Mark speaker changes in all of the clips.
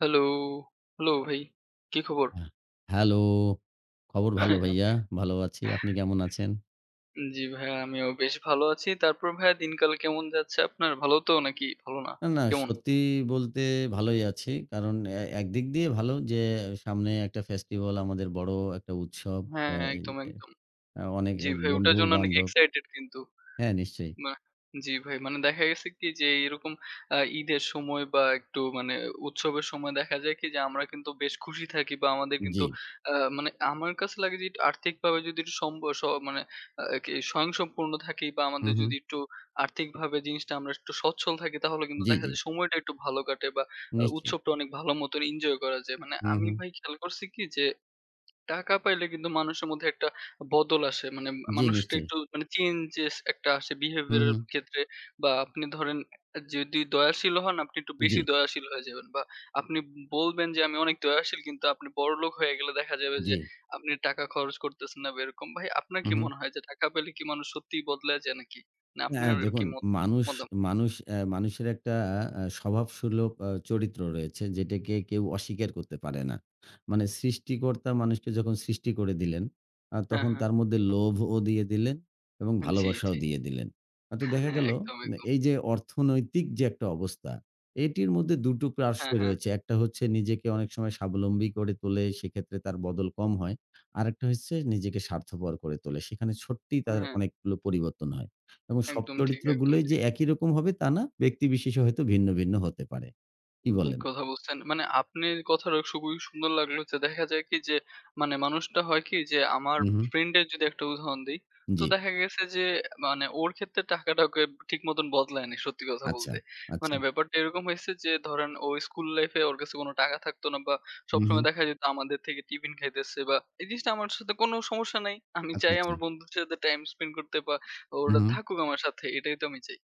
Speaker 1: Hello, hello ভাই, কি খবর?
Speaker 2: হ্যাঁ, হ্যালো। খবর ভালো ভাইয়া। ভালো আছি। আপনি কেমন আছেন?
Speaker 1: জি ভাইয়া আমিও বেশ ভালো আছি। তারপর ভাইয়া দিনকাল কেমন যাচ্ছে আপনার? ভালো তো নাকি ভালো না?
Speaker 2: না, না
Speaker 1: কেমন?
Speaker 2: সত্যি বলতে ভালোই আছি। কারণ একদিক দিয়ে ভালো যে সামনে একটা ফেস্টিভাল আমাদের বড় একটা উৎসব। অ্যা
Speaker 1: হ্যাঁ, একদম,
Speaker 2: এ
Speaker 1: একদম।
Speaker 2: অনেক
Speaker 1: জি ভাই ওটার জন্য অনেক
Speaker 2: বন্ধু-বান্ধব
Speaker 1: এক্সাইটেড কিন্তু।
Speaker 2: হ্যাঁ, নিশ্চয়ই।
Speaker 1: বাহ! জি ভাই। মানে দেখা গেছে কি যে এরকম ঈদের সময় বা একটু মানে উৎসবের সময় দেখা যায় কি যে আমরা কিন্তু বেশ খুশি থাকি বা আমাদের কিন্তু
Speaker 2: জি।
Speaker 1: মানে আমার কাছে লাগে যে আর্থিকভাবে যদি একটু সম্ভ স মানে আ কি স্বয়ংসম্পূর্ণ থাকি বা
Speaker 2: হু,
Speaker 1: আমাদের
Speaker 2: হু।
Speaker 1: যদি একটু আর্থিকভাবে জিনিসটা আমরা একটু সচ্ছল থাকি তাহলে কিন্তু
Speaker 2: জি,
Speaker 1: দেখা
Speaker 2: জি।
Speaker 1: যায় সময়টা একটু ভালো কাটে বা
Speaker 2: নিশ্চয়ই।
Speaker 1: উৎসবটা অনেক ভালো মতন এনজয় করা যায়। মানে
Speaker 2: হু,
Speaker 1: আমি
Speaker 2: হু।
Speaker 1: ভাই খেয়াল করছি কি যে টাকা পাইলে কিন্তু মানুষের মধ্যে একটা বদল আসে। মানে
Speaker 2: জি,
Speaker 1: মানুষটা
Speaker 2: নিশ্চয়ই।
Speaker 1: একটু মানে চেঞ্জেস একটা আসে
Speaker 2: হু,
Speaker 1: বিহেভিয়ার এর
Speaker 2: হু।
Speaker 1: ক্ষেত্রে বা আপনি ধরেন যদি দয়াশীল হন আপনি একটু
Speaker 2: জি,
Speaker 1: বেশি দয়াশীল হয়ে যাবেন বা আপনি বলবেন যে আমি অনেক দয়াশীল কিন্তু আপনি বড়লোক হয়ে গেলে দেখা যাবে যে
Speaker 2: জি।
Speaker 1: আপনি টাকা খরচ করতেছেন না বা এরকম। ভাই আপনার
Speaker 2: হু,
Speaker 1: কি
Speaker 2: হু।
Speaker 1: মনে হয় যে টাকা পেলে কি মানুষ সত্যিই বদলায় যায় নাকি? না আপনার
Speaker 2: হ্যাঁ,
Speaker 1: কি
Speaker 2: দেখুন
Speaker 1: মত
Speaker 2: মানুষ
Speaker 1: মতামত?
Speaker 2: মানুষ অ্যা মানুষের একটা স্বভাবসুলভ চরিত্র রয়েছে যেটাকে কেউ অস্বীকার করতে পারে না। মানে সৃষ্টিকর্তা মানুষকে যখন সৃষ্টি করে দিলেন,
Speaker 1: হ্যাঁ,
Speaker 2: তখন
Speaker 1: হ্যাঁ।
Speaker 2: তার মধ্যে লোভও দিয়ে দিলেন এবং
Speaker 1: জি, জি।
Speaker 2: ভালোবাসাও দিয়ে দিলেন। তো দেখা
Speaker 1: হ্যাঁ,
Speaker 2: গেল
Speaker 1: একদম, একদম।
Speaker 2: এই যে অর্থনৈতিক যে একটা অবস্থা, এটির মধ্যে ২ টো
Speaker 1: হ্যাঁ,
Speaker 2: পার্শ্বই
Speaker 1: হ্যাঁ।
Speaker 2: রয়েছে। একটা হচ্ছে নিজেকে অনেক সময় স্বাবলম্বী করে তোলে, সেক্ষেত্রে তার বদল কম হয়। আরেকটা হচ্ছে নিজেকে স্বার্থপর করে তোলে। সেখানে সত্যিই তার
Speaker 1: হ্যাঁ,
Speaker 2: অনেকগুলো পরিবর্তন হয়। এবং সব
Speaker 1: একদম ঠিক, একদম
Speaker 2: চরিত্রগুলোই যে
Speaker 1: ঠিক।
Speaker 2: একই রকম হবে তা না। ব্যক্তি বিশেষে হয়তো ভিন্ন, ভিন্ন হতে পারে। কি
Speaker 1: ঠিক
Speaker 2: বলেন?
Speaker 1: কথা বলছেন। মানে আপনার কথাটা খুবই সুন্দর লাগলো যে দেখা যায় কি যে মানে মানুষটা হয় কি যে আমার
Speaker 2: হু, হু।
Speaker 1: ফ্রেন্ডের যদি একটা উদাহরণ দেই, তো
Speaker 2: জি।
Speaker 1: দেখা গেছে যে মানে ওর ক্ষেত্রে টাকাটাকে ঠিক মতন বদলায় নাই সত্যি কথা
Speaker 2: আচ্ছা,
Speaker 1: বলতে। মানে
Speaker 2: আচ্ছা।
Speaker 1: ব্যাপারটা এরকম হয়েছে যে ধরেন ও স্কুল লাইফে ওর কাছে কোনো টাকা থাকতো না বা
Speaker 2: হু, হু।
Speaker 1: সবসময় দেখা যেত আমাদের থেকে টিফিন খাইতেছে বা এই জিনিসটা আমার সাথে কোনো সমস্যা নাই। আমি
Speaker 2: আচ্ছা,
Speaker 1: চাই
Speaker 2: আচ্ছা।
Speaker 1: আমার বন্ধুদের সাথে টাইম স্পেন্ড করতে বা
Speaker 2: হু,
Speaker 1: ওরা
Speaker 2: হু।
Speaker 1: থাকুক আমার সাথে এটাই তো আমি চাই।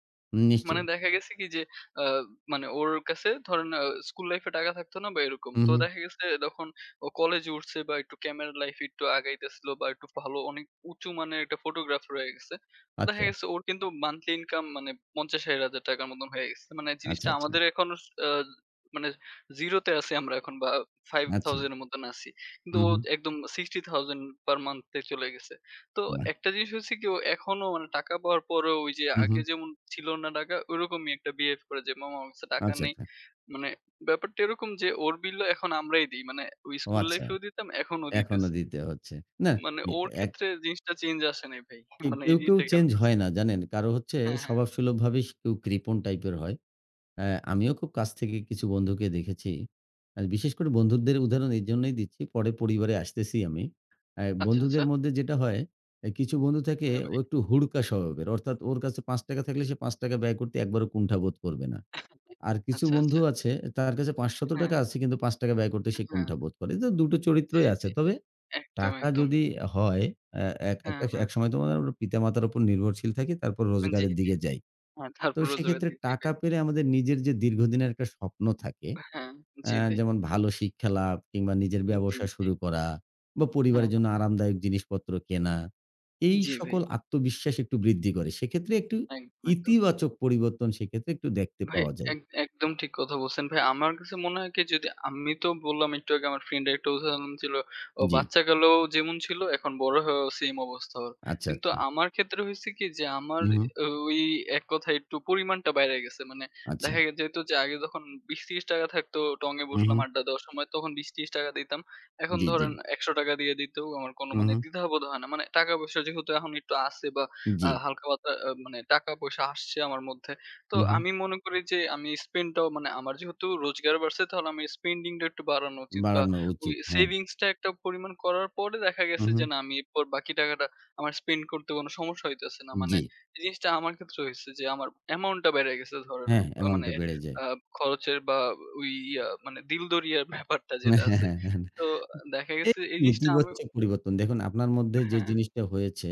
Speaker 1: মানে
Speaker 2: নিশ্চয়ই।
Speaker 1: দেখা গেছে কি যে আ মানে ওর কাছে ধরেন স্কুল লাইফ এ টাকা থাকতো না বা এরকম।
Speaker 2: হু,
Speaker 1: তো
Speaker 2: হু।
Speaker 1: দেখা গেছে যখন ও কলেজে উঠছে বা একটু ক্যামেরা লাইফ এ একটু আগাইতেছিল বা একটু ভালো অনেক উঁচু মানের একটা ফটোগ্রাফার হয়ে গেছে। তো দেখা
Speaker 2: আচ্ছা,
Speaker 1: গেছে ওর কিন্তু মান্থলি ইনকাম মানে ৫০,০০০-৬০,০০০ টাকার মতন হয়ে গেছে। মানে
Speaker 2: আচ্ছা,
Speaker 1: জিনিসটা
Speaker 2: আচ্ছা,
Speaker 1: আমাদের এখন আ মানে 0 তে আছি আমরা এখন বা
Speaker 2: আচ্ছা।
Speaker 1: ৫,০০০ এর মতন আছি। কিন্তু
Speaker 2: হু,
Speaker 1: ও
Speaker 2: হু।
Speaker 1: একদম ৬০,০০০ পার মান্থ এ চলে গেছে। তো
Speaker 2: বাহ!
Speaker 1: একটা জিনিস হচ্ছে কি ও এখনো মানে টাকা পাওয়ার পরেও ওই যে
Speaker 2: হু, হু।
Speaker 1: আগে যেমন ছিল না টাকা ওরকমই একটা বিহেভ করে যে মামা আমার কাছে টাকা
Speaker 2: আচ্ছা,
Speaker 1: নেই।
Speaker 2: আচ্ছা।
Speaker 1: মানে ব্যাপারটা এরকম যে ওর বিলও এখন আমরাই দিই। মানে ওই
Speaker 2: ও
Speaker 1: স্কুল
Speaker 2: আচ্ছা।
Speaker 1: লাইফেও দিতাম এখনো
Speaker 2: এখনো
Speaker 1: দিতেছি।
Speaker 2: দিতে হচ্ছে। না
Speaker 1: মানে
Speaker 2: এ
Speaker 1: ওর
Speaker 2: এক
Speaker 1: ক্ষেত্রে জিনিসটা চেঞ্জ আসে নাই ভাই।
Speaker 2: কে-
Speaker 1: মানে এই
Speaker 2: কেউ, কেউ
Speaker 1: জিনিসটা খেয়াল
Speaker 2: চেঞ্জ
Speaker 1: করছি।
Speaker 2: হয় না জানেন। কারো হচ্ছে
Speaker 1: হ্যাঁ, হ্যাঁ।
Speaker 2: স্বভাবসুলভভাবেই কেউ কৃপণ টাইপের হয়। আমিও খুব কাছ থেকে কিছু বন্ধুকে দেখেছি। বিশেষ করে বন্ধুদের উদাহরণ এইজন্যই দিচ্ছি, পরে পরিবারে আসতেছি আমি।
Speaker 1: আচ্ছা, আচ্ছা।
Speaker 2: বন্ধুদের মধ্যে যেটা হয়, কিছু বন্ধু থাকে
Speaker 1: হ্যাঁ
Speaker 2: ও
Speaker 1: ভাই।
Speaker 2: একটু হুড়কা স্বভাবের। অর্থাৎ ওর কাছে ৳৫ থাকলে সে ৳৫ ব্যয় করতে একবারও কুণ্ঠাবোধ করবে না। আর কিছু
Speaker 1: আচ্ছা,
Speaker 2: বন্ধু
Speaker 1: আচ্ছা।
Speaker 2: আছে তার কাছে
Speaker 1: হ্যাঁ,
Speaker 2: ৳৫০০ আছে কিন্তু ৳৫ ব্যয় করতে সে
Speaker 1: হ্যাঁ।
Speaker 2: কুণ্ঠাবোধ করে। তো দুটো
Speaker 1: জি,
Speaker 2: চরিত্রই আছে।
Speaker 1: জি।
Speaker 2: তবে
Speaker 1: একদম,
Speaker 2: টাকা
Speaker 1: একদম।
Speaker 2: যদি হয় অ্যা এক
Speaker 1: হ্যাঁ,
Speaker 2: একটা
Speaker 1: হ্যাঁ।
Speaker 2: একসময় তো পিতামাতার উপর নির্ভরশীল থাকি, তারপর
Speaker 1: জি,
Speaker 2: রোজগারের
Speaker 1: জি।
Speaker 2: দিকে যাই।
Speaker 1: হ্যাঁ,
Speaker 2: তো
Speaker 1: তারপর রোজা
Speaker 2: সেক্ষেত্রে
Speaker 1: পাতি জি ভাই।
Speaker 2: টাকা পেলে আমাদের নিজের যে দীর্ঘদিনের একটা স্বপ্ন থাকে,
Speaker 1: হ্যাঁ, জি ভাই।
Speaker 2: যেমন ভালো শিক্ষা লাভ কিংবা নিজের
Speaker 1: জি,
Speaker 2: ব্যবসা
Speaker 1: জি।
Speaker 2: শুরু করা বা
Speaker 1: হ্যাঁ,
Speaker 2: পরিবারের জন্য
Speaker 1: হ্যাঁ।
Speaker 2: আরামদায়ক জিনিসপত্র কেনা, এই
Speaker 1: জি ভাই।
Speaker 2: সকল আত্মবিশ্বাস একটু বৃদ্ধি করে। সেক্ষেত্রে একটু
Speaker 1: একদম, একদম।
Speaker 2: ইতিবাচক পরিবর্তন সেক্ষেত্রে একটু দেখতে
Speaker 1: ভাই
Speaker 2: পাওয়া যায়।
Speaker 1: এক একদম ঠিক কথা বলছেন ভাই। আমার কাছে মনে হয় কি যদি আমি তো বললাম একটু আগে আমার ফ্রেন্ডের একটা উদাহরণ ছিল। ও
Speaker 2: জি।
Speaker 1: বাচ্চাকালেও যেমন ছিল এখন বড় হয়েও সেম অবস্থা ওর।
Speaker 2: আচ্ছা,
Speaker 1: কিন্তু
Speaker 2: আচ্ছা।
Speaker 1: আমার ক্ষেত্রে হইছে কি যে আমার
Speaker 2: হুম, হুম।
Speaker 1: ও ওই এক কথায় একটু পরিমাণটা বাইরে গেছে। মানে
Speaker 2: আচ্ছা।
Speaker 1: দেখা গে যেত যে আগে যখন ৳২০-৳৩০ থাকতো টঙে
Speaker 2: হুম,
Speaker 1: বসলাম
Speaker 2: হুম।
Speaker 1: আড্ডা দেওয়ার সময় তখন ৳২০-৳৩০ দিতাম। এখন
Speaker 2: জি, জি।
Speaker 1: ধরেন ৳১০০ দিয়ে দিতেও আমার কোনো
Speaker 2: হুম,
Speaker 1: মানে
Speaker 2: হুম।
Speaker 1: দ্বিধাবোধ হয় না। মানে টাকা-পয়সা যেহেতু এখন একটু আছে বা
Speaker 2: জি।
Speaker 1: হালকা পাতলা মানে টাকা-পয়সা আসছে আমার মধ্যে। তো
Speaker 2: হুম, হুম।
Speaker 1: আমি মনে করি যে আমি স্পেন্ডটাও মানে আমার যেহেতু রোজগার বাড়ছে তাহলে আমার স্পেন্ডিংটা একটু বাড়ানো উচিত বা
Speaker 2: বাড়ানো
Speaker 1: ওই
Speaker 2: উচিত। হ্যাঁ।
Speaker 1: সেভিংসটা একটা পরিমাণ করার পরে দেখা
Speaker 2: হুম,
Speaker 1: গেছে যে
Speaker 2: হুম।
Speaker 1: না আমি এরপর বাকি টাকাটা আমার স্পেন্ড করতে কোনো সমস্যা হইতেছে না মানে
Speaker 2: জি।
Speaker 1: এই জিনিসটা আমার ক্ষেত্রে হয়েছে যে আমার অ্যামাউন্টটা বেড়ে গেছে ধরেন
Speaker 2: হ্যাঁ,
Speaker 1: মানে
Speaker 2: অ্যামাউন্টটা বেড়ে যায়।
Speaker 1: খরচের বা ওই ইয়া মানে দিলদরিয়ার ব্যাপারটা
Speaker 2: হ্যাঁ,
Speaker 1: যেটা
Speaker 2: হ্যাঁ,
Speaker 1: আছে
Speaker 2: হ্যাঁ। হ্যাঁ।
Speaker 1: তো দেখা
Speaker 2: এই
Speaker 1: গেছে এই জিনিসটা আমি
Speaker 2: ইতিবাচক পরিবর্তন। দেখুন আপনার মধ্যে যে
Speaker 1: হ্যাঁ
Speaker 2: জিনিসটা হয়েছে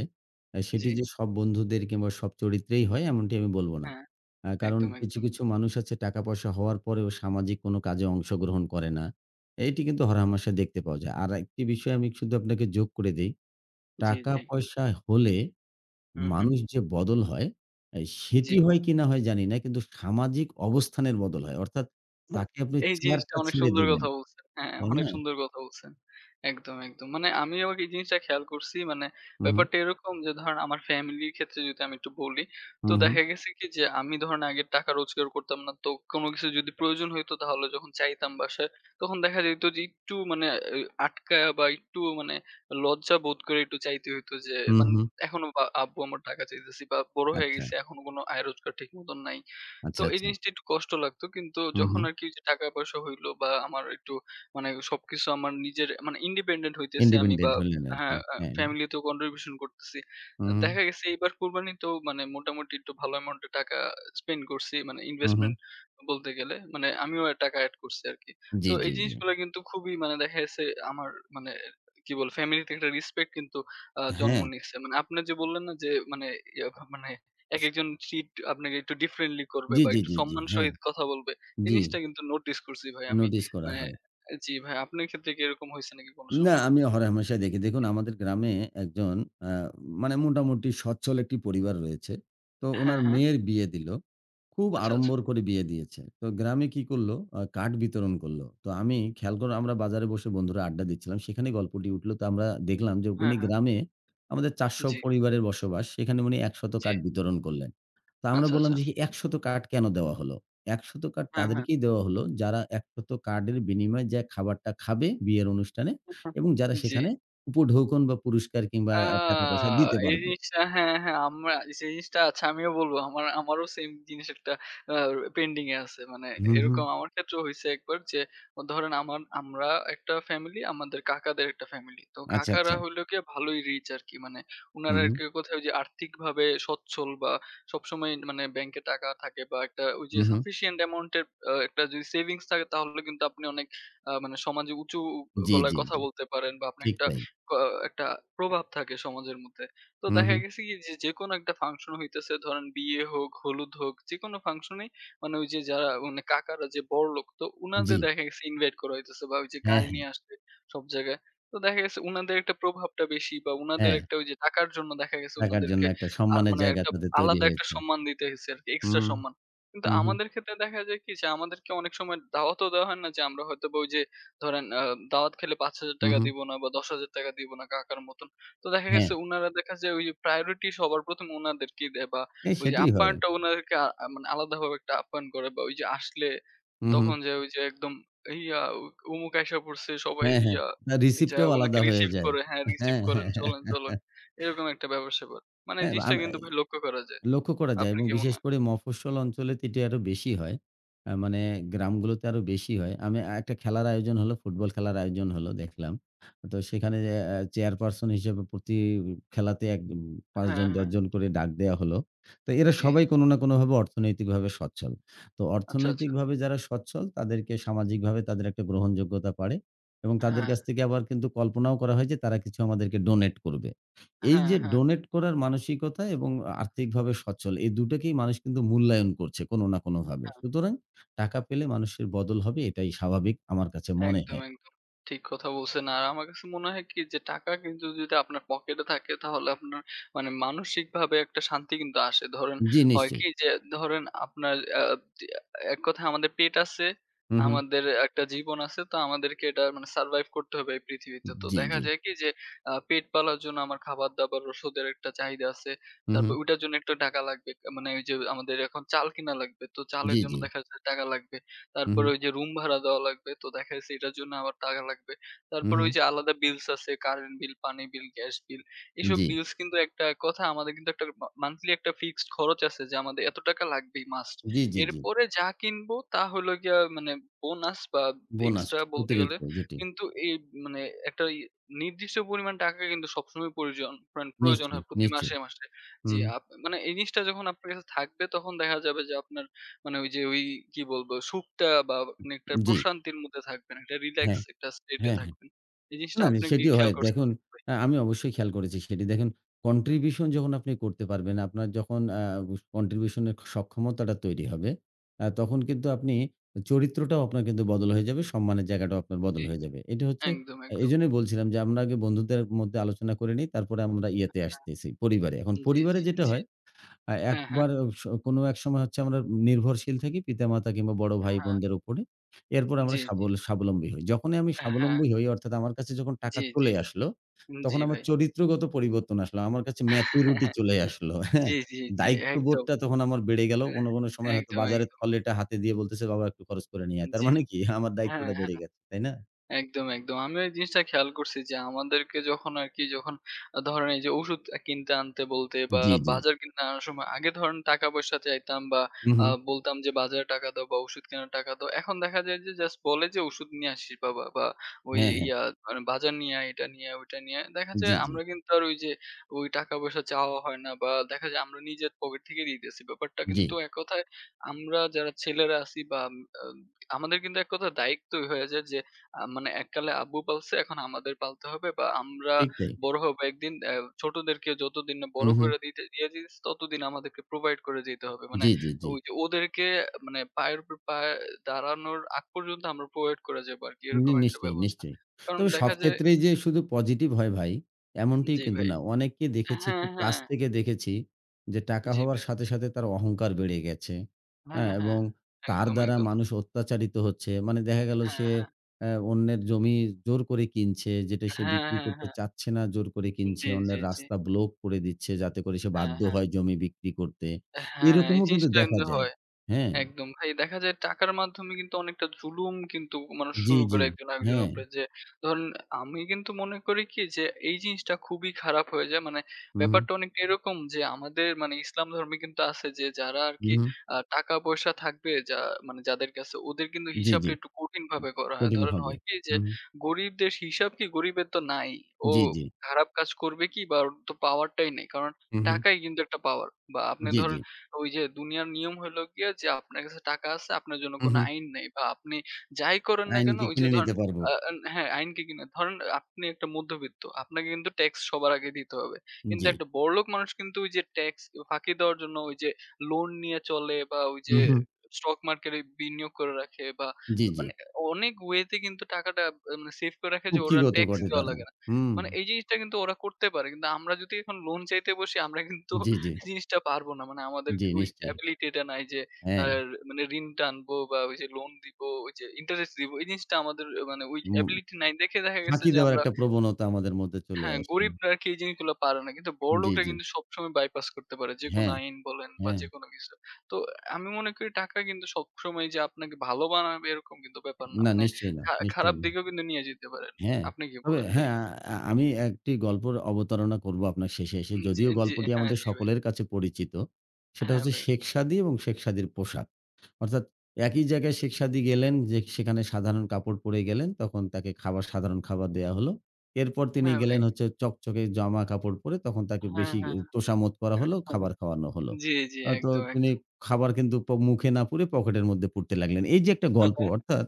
Speaker 1: জি
Speaker 2: সেটি যে সব বন্ধুদের কিংবা সব চরিত্রেই হয় এমনটি আমি বলব না।
Speaker 1: হ্যাঁ
Speaker 2: কারণ
Speaker 1: একদম
Speaker 2: কিছু,
Speaker 1: একদম
Speaker 2: কিছু মানুষ আছে টাকা পয়সা হওয়ার পরেও সামাজিক কোনো কাজে অংশগ্রহণ করে না। এটি কিন্তু হরহামেশা দেখতে পাওয়া যায়। আর একটি বিষয় আমি শুধু আপনাকে যোগ করে দেই।
Speaker 1: জি
Speaker 2: টাকা
Speaker 1: জি
Speaker 2: পয়সা হলে
Speaker 1: হুম হুম
Speaker 2: মানুষ যে বদল হয় এ
Speaker 1: জি
Speaker 2: সেটি হয় কি না হয় জানি না। কিন্তু সামাজিক অবস্থানের বদল হয়। অর্থাৎ তাকে আপনি
Speaker 1: এই জিনিসটা
Speaker 2: চেয়ারটা
Speaker 1: অনেক
Speaker 2: ছেড়ে
Speaker 1: সুন্দর
Speaker 2: দিবেন।
Speaker 1: কথা বলছেন। হ্যাঁ,
Speaker 2: তাই
Speaker 1: অনেক
Speaker 2: না?
Speaker 1: সুন্দর কথা বলছেন। একদম, একদম। মানে আমিও এই জিনিসটা খেয়াল করছি। মানে
Speaker 2: হু, হু।
Speaker 1: ব্যাপারটা এরকম যে ধরেন আমার ফ্যামিলির ক্ষেত্রে যদি আমি একটু বলি, তো
Speaker 2: হুম, হুম।
Speaker 1: দেখা গেছে কি যে আমি ধরেন আগে টাকা রোজগার করতাম না। তো কোনো কিছু যদি প্রয়োজন হইতো তাহলে যখন চাইতাম বাসায়, তখন দেখা যেত যে একটু মানে এ আটকায়া বা একটু মানে লজ্জা বোধ করে একটু চাইতে হইতো যে
Speaker 2: হুম,
Speaker 1: মানে
Speaker 2: হুম।
Speaker 1: এখনো বা আব্বু আমার টাকা চাইতেছি বা বড় হয়ে
Speaker 2: আচ্ছা,
Speaker 1: গেছি এখনো কোনো আয় রোজগার ঠিক মতন নাই। তো
Speaker 2: আচ্ছা,
Speaker 1: এই
Speaker 2: আচ্ছা।
Speaker 1: জিনিসটা একটু কষ্ট লাগতো। কিন্তু
Speaker 2: হুম,
Speaker 1: যখন
Speaker 2: হুম।
Speaker 1: আরকি ওইযে টাকা-পয়সা হইলো বা আমার একটু মানে সবকিছু আমার নিজের মানে ইন্ডিপেন্ডেন্ট হইতেছি আমি বা
Speaker 2: ইন্ডিপেন্ডেন্ট হলেন
Speaker 1: হ্যাঁ,
Speaker 2: আরকি। হ্যাঁ।
Speaker 1: ফ্যামিলিতেও কন্ট্রিবিউশন করতেছি।
Speaker 2: হুম, হুম,
Speaker 1: দেখা গেছে এইবার কুরবানিতেও মানে মোটামুটি একটু ভালো অ্যামাউন্ট এর টাকা স্পেন্ড করছি। মানে
Speaker 2: হুম, হুম।
Speaker 1: ইনভেস্টমেন্ট বলতে গেলে। মানে আমিও টাকা এড করছি আরকি। তো
Speaker 2: জি,
Speaker 1: এই
Speaker 2: জি, জি।
Speaker 1: জিনিসগুলা কিন্তু খুবই মানে দেখা গেছে আমার মানে কি বলবো ফ্যামিলিতে একটা রেসপেক্ট কিন্তু জন্ম
Speaker 2: হ্যাঁ।
Speaker 1: নিছে। মানে আপনি যে বললেন না যে মানে ইয়া মানে একেকজন treat আপনাকে একটু differently করবে
Speaker 2: জি,
Speaker 1: বা
Speaker 2: জি,
Speaker 1: একটু
Speaker 2: জি, জি।
Speaker 1: সম্মান
Speaker 2: হ্যাঁ।
Speaker 1: সহিত কথা বলবে। এই
Speaker 2: জি।
Speaker 1: জিনিসটা কিন্তু নোটিস করছি ভাই আমি।
Speaker 2: নোটিস করা
Speaker 1: মানে
Speaker 2: হয়।
Speaker 1: জি ভাই, আপনার ক্ষেত্রে কি এরকম হইছে নাকি কোনো
Speaker 2: না,
Speaker 1: সময়?
Speaker 2: আমি হরহামেশাই দেখি। দেখুন আমাদের গ্রামে একজন আ মানে মোটামুটি সচ্ছল একটি পরিবার রয়েছে। তো
Speaker 1: হ্যাঁ,
Speaker 2: উনার
Speaker 1: হ্যাঁ।
Speaker 2: মেয়ের বিয়ে দিল। খুব
Speaker 1: আচ্ছা, আচ্ছা।
Speaker 2: আড়ম্বর করে বিয়ে দিয়েছে। তো গ্রামে কি করল? কার্ড বিতরণ করল। তো আমি খেয়াল করে আমরা বাজারে বসে বন্ধুরা আড্ডা দিচ্ছিলাম। সেখানে গল্পটি উঠল। তো আমরা দেখলাম যে
Speaker 1: হ্যাঁ,
Speaker 2: উনি
Speaker 1: হ্যাঁ।
Speaker 2: গ্রামে আমাদের ৪০০
Speaker 1: জি,
Speaker 2: পরিবারের বসবাস। সেখানে উনি ১০০
Speaker 1: জি।
Speaker 2: কার্ড বিতরণ করলেন। তো আমরা
Speaker 1: আচ্ছা,
Speaker 2: বললাম
Speaker 1: আচ্ছা।
Speaker 2: যে ১০০ কার্ড কেন দেওয়া হলো? ১০০ কার্ড
Speaker 1: হ্যাঁ, হ্যাঁ।
Speaker 2: তাদেরকেই দেওয়া হলো যারা ১০০ কার্ডের বিনিময়ে যে খাবারটা খাবে বিয়ের অনুষ্ঠানে এবং যারা
Speaker 1: জি।
Speaker 2: সেখানে উপঢৌকন বা পুরস্কার কিংবা
Speaker 1: আ
Speaker 2: টাকা-পয়সা দিতে
Speaker 1: এই
Speaker 2: পারবে।
Speaker 1: জিনিসটা হ্যাঁ, হ্যাঁ, আমরা সেই জিনিসটা আচ্ছা আমিও বলবো। আমারও সেম জিনিস একটা আ পেন্ডিং এ আছে। মানে
Speaker 2: হুম, হুম।
Speaker 1: এরকম আমার ক্ষেত্রেও হইছে একবার যে ধরেন আমরা একটা ফ্যামিলি, আমাদের কাকাদের একটা ফ্যামিলি। তো
Speaker 2: আচ্ছা,
Speaker 1: কাকারা
Speaker 2: আচ্ছা।
Speaker 1: হইলো গিয়ে ভালোই রিচ আরকি। মানে
Speaker 2: হুম,
Speaker 1: উনারা
Speaker 2: হুম।
Speaker 1: আরকি কোথায় যে আর্থিকভাবে সচ্ছল বা সবসময় মানে ব্যাংকে টাকা থাকে বা একটা ওই যে
Speaker 2: হুম, হুম।
Speaker 1: সাফিসিয়েন্ট অ্যামাউন্ট এর একটা যদি সেভিংস থাকে তাহলে কিন্তু আপনি অনেক মানে সমাজে উঁচু
Speaker 2: জি,
Speaker 1: গলায়
Speaker 2: জি,
Speaker 1: কথা
Speaker 2: জি।
Speaker 1: বলতে পারেন বা আপনি
Speaker 2: ঠিক
Speaker 1: একটা
Speaker 2: তাই।
Speaker 1: ক একটা প্রভাব থাকে সমাজের মধ্যে। তো
Speaker 2: হুম,
Speaker 1: দেখা
Speaker 2: হুম।
Speaker 1: গেছে কি যে যেকোনো একটা ফাংশন হইতেছে ধরেন বিয়ে হোক, হলুদ হোক যেকোনো ফাংশনেই মানে ওই যে যারা মানে কাকারা যে বড়লোক তো
Speaker 2: জি।
Speaker 1: উনাদের দেখা গেছে ইনভাইট করা হইতেছে বা ওই যে
Speaker 2: হ্যাঁ,
Speaker 1: গাড়ি
Speaker 2: হ্যাঁ,
Speaker 1: নিয়ে আসছে সব জায়গায়। তো দেখা গেছে উনাদের একটা প্রভাবটা বেশি বা উনাদের
Speaker 2: হ্যাঁ।
Speaker 1: একটা ওই যে টাকার জন্য দেখা গেছে
Speaker 2: টাকার জন্য
Speaker 1: উনাদেরকে
Speaker 2: একটা
Speaker 1: আর
Speaker 2: সম্মানের
Speaker 1: মানে
Speaker 2: জায়গা
Speaker 1: একটা
Speaker 2: তাদের তৈরি
Speaker 1: আলাদা একটা
Speaker 2: হয়েছে।
Speaker 1: সম্মান দিতে হইছে আরকি এক্সট্রা
Speaker 2: হুম,
Speaker 1: সম্মান। কিন্তু
Speaker 2: হুম, হুম,
Speaker 1: আমাদের ক্ষেত্রে দেখা যায় কি যে আমাদেরকে অনেক সময় দাওয়াতও দেওয়া হয় না যে আমরা হয়তোবা ওই যে ধরেন দাওয়াত খেলে
Speaker 2: হুম,
Speaker 1: ৳৫,০০০
Speaker 2: হুম।
Speaker 1: দিব না বা ৳১০,০০০ দিব না কাকার মতন। তো দেখা
Speaker 2: হ্যাঁ,
Speaker 1: গেছে উনারা দেখা যায় ওই যে প্রায়োরিটি সবার ১ম উনাদেরকেই দেয় বা ওই যে
Speaker 2: সেটিই হয়।
Speaker 1: আপ্যায়নটা উনাদেরকে আ আ- মানে আলাদাভাবে একটা আপ্যায়ন করে বা ওই যে আসলে
Speaker 2: হুম, হুম।
Speaker 1: তখন যে ওই যে একদম ইয়া অমুক আইসা পড়ছে সবাই
Speaker 2: হ্যাঁ, হ্যাঁ।
Speaker 1: ইয়া
Speaker 2: না রিসিপ্ট
Speaker 1: যায়া
Speaker 2: টাও
Speaker 1: উনাকে
Speaker 2: আলাদা হয়ে
Speaker 1: রিসিভ
Speaker 2: যায়।
Speaker 1: করে হ্যাঁ, রিসিভ
Speaker 2: হ্যাঁ,
Speaker 1: করেন,
Speaker 2: হ্যাঁ, হ্যাঁ,
Speaker 1: চলেন, চলেন।
Speaker 2: হ্যাঁ।
Speaker 1: এরকম একটা ব্যাপার-স্যাপার। মানে এই
Speaker 2: হ্যাঁ,
Speaker 1: জিনিসটা কিন্তু ভাই লক্ষ্য করা যায়।
Speaker 2: লক্ষ্য করা যায়
Speaker 1: আপনার
Speaker 2: এবং
Speaker 1: কি মনে
Speaker 2: বিশেষ
Speaker 1: হয়?
Speaker 2: করে মফস্বল অঞ্চলে তো এটি আরো বেশি হয়। মানে গ্রামগুলোতে আরো বেশি হয়। আমি একটা খেলার আয়োজন হলো, ফুটবল খেলার আয়োজন হলো দেখলাম। তো সেখানে যে চেয়ারপারসন হিসেবে প্রতি খেলাতে ৫
Speaker 1: হ্যাঁ,
Speaker 2: জন ১০
Speaker 1: হ্যাঁ।
Speaker 2: জন করে ডাক দেয়া হলো। তো এরা
Speaker 1: জি,
Speaker 2: সবাই
Speaker 1: জি।
Speaker 2: কোনো না কোনোভাবে অর্থনৈতিকভাবে সচ্ছল। তো
Speaker 1: আচ্ছা, আচ্ছা।
Speaker 2: অর্থনৈতিকভাবে যারা সচ্ছল তাদেরকে সামাজিকভাবে তাদের একটা গ্রহণযোগ্যতা বাড়ে এবং তাদের
Speaker 1: হ্যাঁ,
Speaker 2: কাছ থেকে আবার কিন্তু কল্পনাও করা হয় যে তারা কিছু আমাদেরকে ডোনেট করবে। এই
Speaker 1: হ্যাঁ,
Speaker 2: যে
Speaker 1: হ্যাঁ,
Speaker 2: ডোনেট করার মানসিকতা এবং আর্থিকভাবে সচ্ছল এই দুটাকেই মানুষ কিন্তু মূল্যায়ন করছে কোনো না কোনোভাবে।
Speaker 1: হ্যাঁ।
Speaker 2: সুতরাং টাকা পেলে মানুষের বদল হবে এটাই স্বাভাবিক আমার কাছে মনে
Speaker 1: একদম,
Speaker 2: হয়।
Speaker 1: একদম। ঠিক কথা বলছেন। আর আমার কাছে মনে হয় কি যে টাকা কিন্তু যদি আপনার পকেটে থাকে তাহলে আপনার মানে মানসিকভাবে একটা শান্তি কিন্তু আসে। ধরেন
Speaker 2: জি,
Speaker 1: হয়
Speaker 2: নিশ্চয়ই।
Speaker 1: কি যে ধরেন আপনার আ তি এক কথায় আমাদের পেট আছে,
Speaker 2: হু, হু।
Speaker 1: আমাদের একটা জীবন আছে। তো আমাদেরকে এটা মানে সারভাইভ করতে হবে এই পৃথিবীতে। তো
Speaker 2: জি,
Speaker 1: দেখা
Speaker 2: জি।
Speaker 1: যায় কি যে পেট পালার জন্য আমার খাবার-দাবার, ওষুধের একটা চাহিদা আছে।
Speaker 2: হু, হু।
Speaker 1: তারপর ওইটার জন্য একটা টাকা লাগবে। মানে ওই যে আমাদের এখন চাল কিনা লাগবে। তো চালের
Speaker 2: জি,
Speaker 1: জন্য
Speaker 2: জি।
Speaker 1: দেখা যায় টাকা লাগবে।
Speaker 2: হু, হু।
Speaker 1: তারপরে ওই যে রুম ভাড়া দেওয়া লাগবে। তো দেখা গেছে এটার জন্য আবার টাকা লাগবে।
Speaker 2: হু,
Speaker 1: তারপরে
Speaker 2: হু।
Speaker 1: ওই যে আলাদা বিলস আছে কারেন্ট বিল, পানি বিল, গ্যাস বিল। এসব
Speaker 2: জি।
Speaker 1: বিলস কিন্তু একটা এক কথা আমাদের কিন্তু একটা মান্থলি একটা ফিক্সড খরচ আছে যে আমাদের এত টাকা লাগবেই মাস্ট।
Speaker 2: জি, জি, জি।
Speaker 1: এরপরে যা কিনবো তা হলো গিয়া মানে বোনাস বা
Speaker 2: বোনাস
Speaker 1: এক্সট্রা বলতে গেলে।
Speaker 2: অতিরিক্ত যেটি।
Speaker 1: কিন্তু এই মানে একটা ই নির্দিষ্ট পরিমাণ টাকা কিন্তু সবসময় প্রয়োজন মানে প্রয়োজন
Speaker 2: নিশ্চয়ই,
Speaker 1: হয় প্রতি
Speaker 2: নিশ্চয়ই।
Speaker 1: মাসে।
Speaker 2: হু,
Speaker 1: জি,
Speaker 2: হু।
Speaker 1: আপ মানে এই জিনিসটা যখন আপনার কাছে থাকবে তখন দেখা যাবে যে আপনার মানে ওই যে কি বলবো সুখটা বা আপনি একটা
Speaker 2: জি।
Speaker 1: প্রশান্তির মধ্যে থাকবেন। একটা রিল্যাক্স
Speaker 2: হ্যাঁ,
Speaker 1: একটা state এ
Speaker 2: হ্যাঁ।
Speaker 1: থাকবেন। এই জিনিসটা
Speaker 2: না, না
Speaker 1: আপনি কি
Speaker 2: সেটি
Speaker 1: খেয়াল
Speaker 2: হয়।
Speaker 1: করছেন
Speaker 2: দেখুন
Speaker 1: নাকি ভাই?
Speaker 2: আমি অবশ্যই খেয়াল করেছি সেটি। দেখুন কন্ট্রিবিউশন যখন আপনি করতে পারবেন, আপনার যখন কন্ট্রিবিউশন এর সক্ষমতাটা তৈরি হবে, তখন কিন্তু আপনি চরিত্রটাও আপনার কিন্তু বদল হয়ে যাবে, সম্মানের জায়গাটাও আপনার বদল
Speaker 1: জি,
Speaker 2: হয়ে যাবে। এটা হচ্ছে
Speaker 1: একদম, একদম।
Speaker 2: এজন্যই বলছিলাম যে আমরা আগে বন্ধুদের মধ্যে আলোচনা করে নিই, তারপরে আমরা ইয়েতে আসতেছি পরিবারে। এখন
Speaker 1: জি,
Speaker 2: পরিবারে
Speaker 1: জি,
Speaker 2: যেটা
Speaker 1: জি।
Speaker 2: হয় আ
Speaker 1: হ্যাঁ, হ্যাঁ।
Speaker 2: একবার স কোনো এক সময় হচ্ছে আমরা নির্ভরশীল থাকি পিতামাতা কিংবা বড়
Speaker 1: হ্যাঁ,
Speaker 2: ভাই-বোনদের উপরে। এরপর আমরা
Speaker 1: জি, জি।
Speaker 2: স্বাবলম্বী হই। যখনই আমি
Speaker 1: হ্যাঁ,
Speaker 2: স্বাবলম্বী হই অর্থাৎ আমার কাছে যখন টাকা
Speaker 1: জি, জি।
Speaker 2: চলে আসলো, তখন
Speaker 1: জি
Speaker 2: আমার
Speaker 1: ভাই।
Speaker 2: চরিত্রগত পরিবর্তন আসলো। আমার কাছে ম্যাচুরিটি চলে আসলো। হ্যাঁ?
Speaker 1: জি, জি, জি। একদম।
Speaker 2: দায়িত্ববোধটা তখন আমার বেড়ে গেল। কোনো, কোনো
Speaker 1: এহ
Speaker 2: সময় হয়তো
Speaker 1: একদম,
Speaker 2: বাজারের
Speaker 1: একদম।
Speaker 2: থলেটা হাতে দিয়ে বলতেছে, "বাবা একটু খরচ করে নিয়ে আয়।" তার
Speaker 1: জি।
Speaker 2: মানে কি আমার
Speaker 1: হ্যাঁ,
Speaker 2: দায়িত্বটা বেড়ে
Speaker 1: হ্যাঁ।
Speaker 2: গেছে। তাই না?
Speaker 1: একদম, একদম। আমিও এই জিনিসটা খেয়াল করছি যে আমাদেরকে যখন আরকি যখন ধরেন এই যে ওষুধ কিনতে আনতে বলতে বা
Speaker 2: জি, জি।
Speaker 1: বাজার কিনতে আনার সময় আগে ধরেন টাকা-পয়সা চাইতাম বা
Speaker 2: হু, হু।
Speaker 1: বলতাম যে বাজারে টাকা দাও বা ওষুধ কেনার টাকা দাও। এখন দেখা যায় যে জাস্ট বলে যে ওষুধ নিয়ে আসিস বাবা বা ওই
Speaker 2: হ্যাঁ, হ্যাঁ।
Speaker 1: ইয়া মানে বাজার নিয়ে আয়, এটা নিয়ে আয়, ওইটা নিয়ে আয়। দেখা যায়
Speaker 2: জি, জি।
Speaker 1: আমরা কিন্তু আর ওই যে ওই টাকা-পয়সা চাওয়া হয় না বা দেখা যায় আমরা নিজের পকেট থেকে দিতেছি। ব্যাপারটা
Speaker 2: জি।
Speaker 1: কিন্তু এক কথায় আমরা যারা ছেলেরা আছি বা আম আ আমাদের কিন্তু এক কথায় দায়িত্বই হয়ে যায় যে মানে এককালে আব্বু পালছে এখন আমাদের পালতে হবে বা আমরা
Speaker 2: ঠিক তাই।
Speaker 1: বড় হব একদিন ছোটদেরকে যতদিন না
Speaker 2: হু,
Speaker 1: বড়
Speaker 2: হু।
Speaker 1: করে দিতে দিয়ে দিস ততদিন আমাদেরকে প্রোভাইড করে যেতে হবে। মানে
Speaker 2: জি, জি, জি।
Speaker 1: ওই যে ওদেরকে মানে পায়ে দাঁড়ানোর আগ পর্যন্ত আমরা প্রোভাইড করে যাবো আরকি এরকম একটা
Speaker 2: নিশ্চয়ই,
Speaker 1: ব্যবস্থা।
Speaker 2: নিশ্চয়ই।
Speaker 1: কারণ
Speaker 2: তবে সব
Speaker 1: দেখা যায়
Speaker 2: ক্ষেত্রেই যে শুধু পজিটিভ হয় ভাই, এমনটি
Speaker 1: জি
Speaker 2: কিন্তু
Speaker 1: ভাই।
Speaker 2: না। অনেককে দেখেছি
Speaker 1: হ্যাঁ,
Speaker 2: খুব কাছ
Speaker 1: হ্যাঁ।
Speaker 2: থেকে দেখেছি যে টাকা
Speaker 1: জি
Speaker 2: হওয়ার
Speaker 1: ভাই।
Speaker 2: সাথে, সাথে তার অহংকার বেড়ে গেছে।
Speaker 1: হ্যাঁ,
Speaker 2: হ্যাঁ?
Speaker 1: হ্যাঁ।
Speaker 2: এবং তার
Speaker 1: একদম,
Speaker 2: দ্বারা
Speaker 1: একদম।
Speaker 2: মানুষ অত্যাচারিত হচ্ছে। মানে দেখা গেল
Speaker 1: হ্যাঁ,
Speaker 2: সে
Speaker 1: হ্যাঁ।
Speaker 2: অন্যের জমি জোর করে কিনছে, যেটা সে
Speaker 1: হ্যাঁ,
Speaker 2: বিক্রি
Speaker 1: হ্যাঁ,
Speaker 2: করতে
Speaker 1: হ্যাঁ।
Speaker 2: চাচ্ছে না, জোর করে কিনছে।
Speaker 1: জি, জি,
Speaker 2: অন্যের
Speaker 1: জি।
Speaker 2: রাস্তা ব্লক করে দিচ্ছে যাতে করে সে
Speaker 1: হ্যাঁ,
Speaker 2: বাধ্য
Speaker 1: হ্যাঁ।
Speaker 2: হয় জমি বিক্রি করতে।
Speaker 1: হ্যাঁ, এই
Speaker 2: এরকমও কিন্তু
Speaker 1: জিনিসটা
Speaker 2: দেখা
Speaker 1: কিন্তু
Speaker 2: যায়।
Speaker 1: হয়।
Speaker 2: হ্যাঁ?
Speaker 1: একদম ভাই, দেখা যায় টাকার মাধ্যমে কিন্তু অনেকটা জুলুম কিন্তু মানুষ
Speaker 2: জি,
Speaker 1: শুরু করে
Speaker 2: জি।
Speaker 1: একজন আরেকজনের
Speaker 2: হ্যাঁ।
Speaker 1: উপরে। যে ধরেন আমি কিন্তু মনে করি কি যে এই জিনিসটা খুবই খারাপ হয়ে যায়। মানে
Speaker 2: হু, হু।
Speaker 1: ব্যাপারটা অনেকটা এরকম যে আমাদের মানে ইসলাম ধর্মে কিন্তু আছে যে যারা
Speaker 2: হু,
Speaker 1: আরকি
Speaker 2: হু।
Speaker 1: টাকা-পয়সা থাকবে যা মানে যাদের কাছে ওদের কিন্তু
Speaker 2: জি, জি।
Speaker 1: হিসাবটা একটু কঠিনভাবে করা হয়।
Speaker 2: কঠিন
Speaker 1: ধরেন
Speaker 2: হবে।
Speaker 1: হয় কি যে
Speaker 2: হুম,
Speaker 1: গরিবদের হিসাব কি গরিবের তো নাই। ও
Speaker 2: জি, জি।
Speaker 1: খারাপ কাজ করবে কি বা ওর তো পাওয়ারটাই নেই। কারণ
Speaker 2: হু, হু।
Speaker 1: টাকাই কিন্তু একটা পাওয়ার। বা আপনি
Speaker 2: জি, জি।
Speaker 1: ধরেন ওই যে দুনিয়ার নিয়ম হইলো গিয়ে যে আপনার কাছে টাকা আছে আপনার জন্য
Speaker 2: হু,
Speaker 1: কোনো
Speaker 2: হু।
Speaker 1: আইন নাই বা আপনি যাই করেন না কেন
Speaker 2: আইনকে
Speaker 1: ওই যে
Speaker 2: কিনে
Speaker 1: ধরেন
Speaker 2: নিতে পারবো।
Speaker 1: আ আন হ্যাঁ, আইন কি কিনা ধরেন আপনি একটা মধ্যবিত্ত। আপনাকে কিন্তু ট্যাক্স সবার আগে দিতে হবে। কিন্তু
Speaker 2: জি।
Speaker 1: একটা বড়লোক মানুষ কিন্তু ওই যে ট্যাক্স ফাঁকি দেওয়ার জন্য ওই যে লোন নিয়ে চলে বা ওই
Speaker 2: হু,
Speaker 1: যে
Speaker 2: হু।
Speaker 1: স্টক মার্কেটে বিনিয়োগ করে রাখে বা
Speaker 2: জি, জি।
Speaker 1: মানে অনেক ওয়ে তে কিন্তু টাকাটা মানে সেভ করে রাখে যে ওরা
Speaker 2: কুক্ষিগত
Speaker 1: ট্যাক্স
Speaker 2: করে
Speaker 1: দেওয়া
Speaker 2: তারা।
Speaker 1: লাগে না।
Speaker 2: হুম।
Speaker 1: মানে এই জিনিসটা কিন্তু ওরা করতে পারে। কিন্তু আমরা যদি এখন লোন চাইতে বসি আমরা কিন্তু
Speaker 2: জি, জি।
Speaker 1: জিনিসটা পারবো না। মানে আমাদের
Speaker 2: জি,
Speaker 1: ওই
Speaker 2: নিশ্চয়ই।
Speaker 1: এবিলিটি টা নাই যে আ
Speaker 2: হ্যাঁ,
Speaker 1: মানে ঋণ টানবো বা ওই যে লোন দিব, ওই যে ইন্টারেস্ট দিব। এই জিনিসটা আমাদের মানে ওই
Speaker 2: উম
Speaker 1: এবিলিটি নাই দেখে দেখা গেছে
Speaker 2: ফাঁকি
Speaker 1: যে
Speaker 2: দেওয়ার
Speaker 1: আমরা
Speaker 2: একটা প্রবণতা আমাদের মধ্যে চলে
Speaker 1: হ্যাঁ,
Speaker 2: আসে।
Speaker 1: গরিবরা আরকি এই জিনিসগুলো পারে না। কিন্তু
Speaker 2: জি,
Speaker 1: বড়লোকরা
Speaker 2: জি।
Speaker 1: কিন্তু সবসময় বাইপাস করতে পারে। যেকোনো
Speaker 2: হ্যাঁ,
Speaker 1: আইন বলেন বা
Speaker 2: হ্যাঁ।
Speaker 1: যেকোনো কিছু। তো আমি মনে করি টাকা কিন্তু সবসময় যে আপনাকে ভালো বানাবে এরকম কিন্তু ব্যাপার না।
Speaker 2: না,
Speaker 1: মানে
Speaker 2: নিশ্চয়ই না,
Speaker 1: খারাপ
Speaker 2: নিশ্চয়ই না।
Speaker 1: দিকেও কিন্তু নিয়ে যেতে পারেন।
Speaker 2: হ্যাঁ,
Speaker 1: আপনি কি
Speaker 2: তবে
Speaker 1: বলেন ভাই?
Speaker 2: হ্যাঁ, আমি একটি গল্পের অবতারণা করব আপনার শেষে এসে।
Speaker 1: জি,
Speaker 2: যদিও
Speaker 1: জি,
Speaker 2: গল্পটি
Speaker 1: হ্যাঁ,
Speaker 2: আমাদের
Speaker 1: জি ভাই।
Speaker 2: সকলের কাছে পরিচিত। সেটা
Speaker 1: হ্যাঁ
Speaker 2: হচ্ছে
Speaker 1: ভাই।
Speaker 2: শেখ সাদী এবং শেখ সাদীর পোশাক। অর্থাৎ একই জায়গায় শেখ সাদী গেলেন যে সেখানে সাধারণ কাপড় পরে গেলেন, তখন তাকে খাবার সাধারণ খাবার দেয়া হলো। এরপর তিনি
Speaker 1: হ্যাঁ ভাই।
Speaker 2: গেলেন হচ্ছে চকচকে জামা কাপড় পরে তখন তাকে
Speaker 1: হ্যাঁ,
Speaker 2: বেশি
Speaker 1: হ্যাঁ।
Speaker 2: তোষামোদ করা হলো, খাবার খাওয়ানো হলো।
Speaker 1: জি, জি।
Speaker 2: তো
Speaker 1: একদম,
Speaker 2: তিনি
Speaker 1: একদম।
Speaker 2: খাবার কিন্তু মুখে না পুরে পকেটের মধ্যে পুরতে লাগলেন। এই যে একটা গল্প অর্থাৎ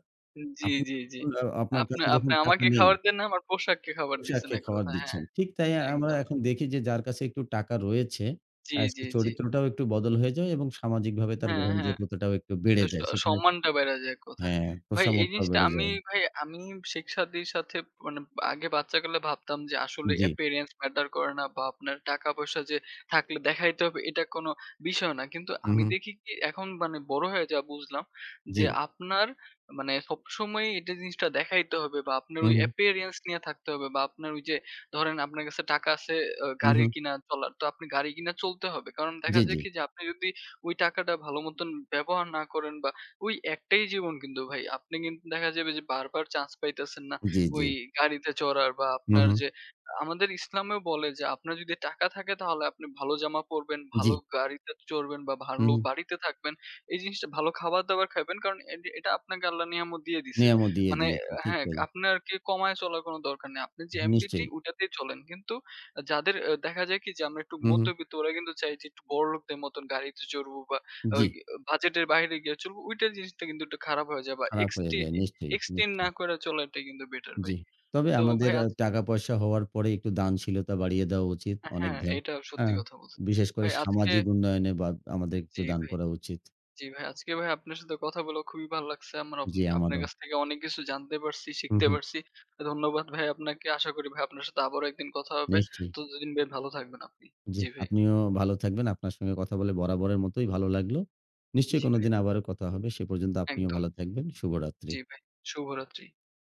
Speaker 1: জি,
Speaker 2: আপনি
Speaker 1: জি, জি।
Speaker 2: আপনার
Speaker 1: আপনি
Speaker 2: কাছে
Speaker 1: আপনি
Speaker 2: যখন টাকা
Speaker 1: আমাকে
Speaker 2: নেই
Speaker 1: খাবার দেন না, আমার পোশাককে খাবার দিছেন
Speaker 2: পোশাককে
Speaker 1: এক
Speaker 2: খাবার
Speaker 1: কথা। হ্যাঁ,
Speaker 2: দিচ্ছেন। ঠিক তাই আমরা
Speaker 1: একদম।
Speaker 2: এখন দেখি যে যার কাছে একটু টাকা রয়েছে,
Speaker 1: জি,
Speaker 2: সে
Speaker 1: জি, জি।
Speaker 2: চরিত্রটাও একটু বদল হয়ে যায় এবং সামাজিকভাবে তার
Speaker 1: হ্যাঁ, হ্যাঁ।
Speaker 2: গ্রহণযোগ্যতাটাও একটু বেড়ে
Speaker 1: এ স
Speaker 2: যায়। সেখানে
Speaker 1: সম্মানটা বেড়ে যায় এক কথায়।
Speaker 2: হ্যাঁ,
Speaker 1: ভাই এই
Speaker 2: তোষামোদটাও
Speaker 1: জিনিসটা
Speaker 2: বেড়ে
Speaker 1: আমি
Speaker 2: যায়।
Speaker 1: ভাই আমি শিক্ষার্থীর সাথে মানে আগে বাচ্চাকালে ভাবতাম যে আসলে
Speaker 2: জি।
Speaker 1: appearance ম্যাটার করে না বা আপনার টাকা-পয়সা যে থাকলে দেখাইতে হবে এটা কোনো বিষয় না। কিন্তু
Speaker 2: হু,
Speaker 1: আমি
Speaker 2: হু।
Speaker 1: দেখি কি এখন মানে বড় হয়ে যা বুঝলাম
Speaker 2: জি।
Speaker 1: যে আপনার মানে সবসময়ই এটা জিনিসটা দেখাইতে হবে বা আপনার
Speaker 2: হু,
Speaker 1: ওই
Speaker 2: হু।
Speaker 1: appearance নিয়ে থাকতে হবে বা আপনার ওই যে ধরেন আপনার কাছে টাকা আছে
Speaker 2: হু,
Speaker 1: গাড়ি
Speaker 2: হু।
Speaker 1: কিনা চলার তো আপনি গাড়ি কিনা চলতে হবে। কারণ দেখা
Speaker 2: জি,
Speaker 1: যায়
Speaker 2: জি।
Speaker 1: কি যে আপনি যদি ওই টাকাটা ভালো মতন ব্যবহার না করেন বা ওই একটাই জীবন কিন্তু ভাই। আপনি কিন্তু দেখা যাবে যে বারবার চান্স পাইতেছেন না
Speaker 2: জি, জি।
Speaker 1: ওই গাড়িতে চড়ার বা
Speaker 2: হু,
Speaker 1: আপনার
Speaker 2: হু।
Speaker 1: যে আমাদের ইসলামেও বলে যে আপনার যদি টাকা থাকে তাহলে আপনি ভালো জামা পরবেন,
Speaker 2: জি।
Speaker 1: ভালো গাড়িতে চড়বেন বা
Speaker 2: হু,
Speaker 1: ভালো
Speaker 2: হু।
Speaker 1: বাড়িতে থাকবেন। এই জিনিসটা ভালো খাবার-দাবার খাবেন। কারণ এটা আপনাকে আল্লাহ নিয়ামত দিয়ে দিছে।
Speaker 2: নিয়ামত দিয়ে
Speaker 1: মানে
Speaker 2: দিয়েছে। ঠিক
Speaker 1: হ্যাঁ,
Speaker 2: তাই।
Speaker 1: আপনার আরকি কমায় চলার কোনো দরকার নেই। আপনার যে এবিলিটি
Speaker 2: নিশ্চয়ই।
Speaker 1: ওটাতেই চলেন। কিন্তু যাদের দেখা যায় কি যে আমরা একটু
Speaker 2: হু, হু।
Speaker 1: মধ্যবিত্ত ওরা কিন্তু চায় যে একটু বড়লোকদের মতন গাড়িতে চড়বো বা ওই
Speaker 2: জি।
Speaker 1: বাজেটের বাইরে গিয়ে চলবো। ওইটার জিনিসটা কিন্তু একটু খারাপ হয়ে যায় বা
Speaker 2: খারাপ হয়ে যায়। নিশ্চয়ই,
Speaker 1: এক্সটেন্ড
Speaker 2: নিশ্চয়ই।
Speaker 1: না করে চলাটাই কিন্তু বেটার ভাই।
Speaker 2: জি। তবে
Speaker 1: তো
Speaker 2: আমাদের
Speaker 1: ভাই আজ
Speaker 2: টাকা-পয়সা হওয়ার পরে একটু দানশীলতা বাড়িয়ে দেওয়া উচিত। অনেক
Speaker 1: হ্যাঁ,
Speaker 2: ধা
Speaker 1: এটা
Speaker 2: আ
Speaker 1: সত্যি কথা বলছেন।
Speaker 2: বিশেষ করে
Speaker 1: ভাই আজকে
Speaker 2: সামাজিক উন্নয়নে বা আমাদের একটু
Speaker 1: জি
Speaker 2: দান
Speaker 1: ভাই,
Speaker 2: করা উচিত।
Speaker 1: জি ভাই। আজকে ভাই আপনার সাথে কথা বলে খুবই ভালো লাগছে। আমার আপ
Speaker 2: জি,
Speaker 1: আপনার
Speaker 2: আমারও।
Speaker 1: কাছ থেকে অনেক কিছু জানতে পারছি,
Speaker 2: হুম,
Speaker 1: শিখতে
Speaker 2: হুম।
Speaker 1: পারছি। ধন্যবাদ ভাই আপনাকে। আশা করি ভাই আপনার সাথে আবারও একদিন কথা হবে।
Speaker 2: নিশ্চয়ই।
Speaker 1: ততদিন ভাই ভালো থাকবেন আপনি।
Speaker 2: জি,
Speaker 1: জি ভাই,
Speaker 2: আপনিও ভালো থাকবেন। আপনার সঙ্গে কথা বলে বরাবরের মতোই ভালো লাগলো। নিশ্চয়ই
Speaker 1: জি ভাই।
Speaker 2: কোনোদিন আবারও কথা হবে। সে পর্যন্ত আপনিও
Speaker 1: একদম।
Speaker 2: ভালো থাকবেন। শুভরাত্রি।
Speaker 1: জি ভাই, শুভরাত্রি।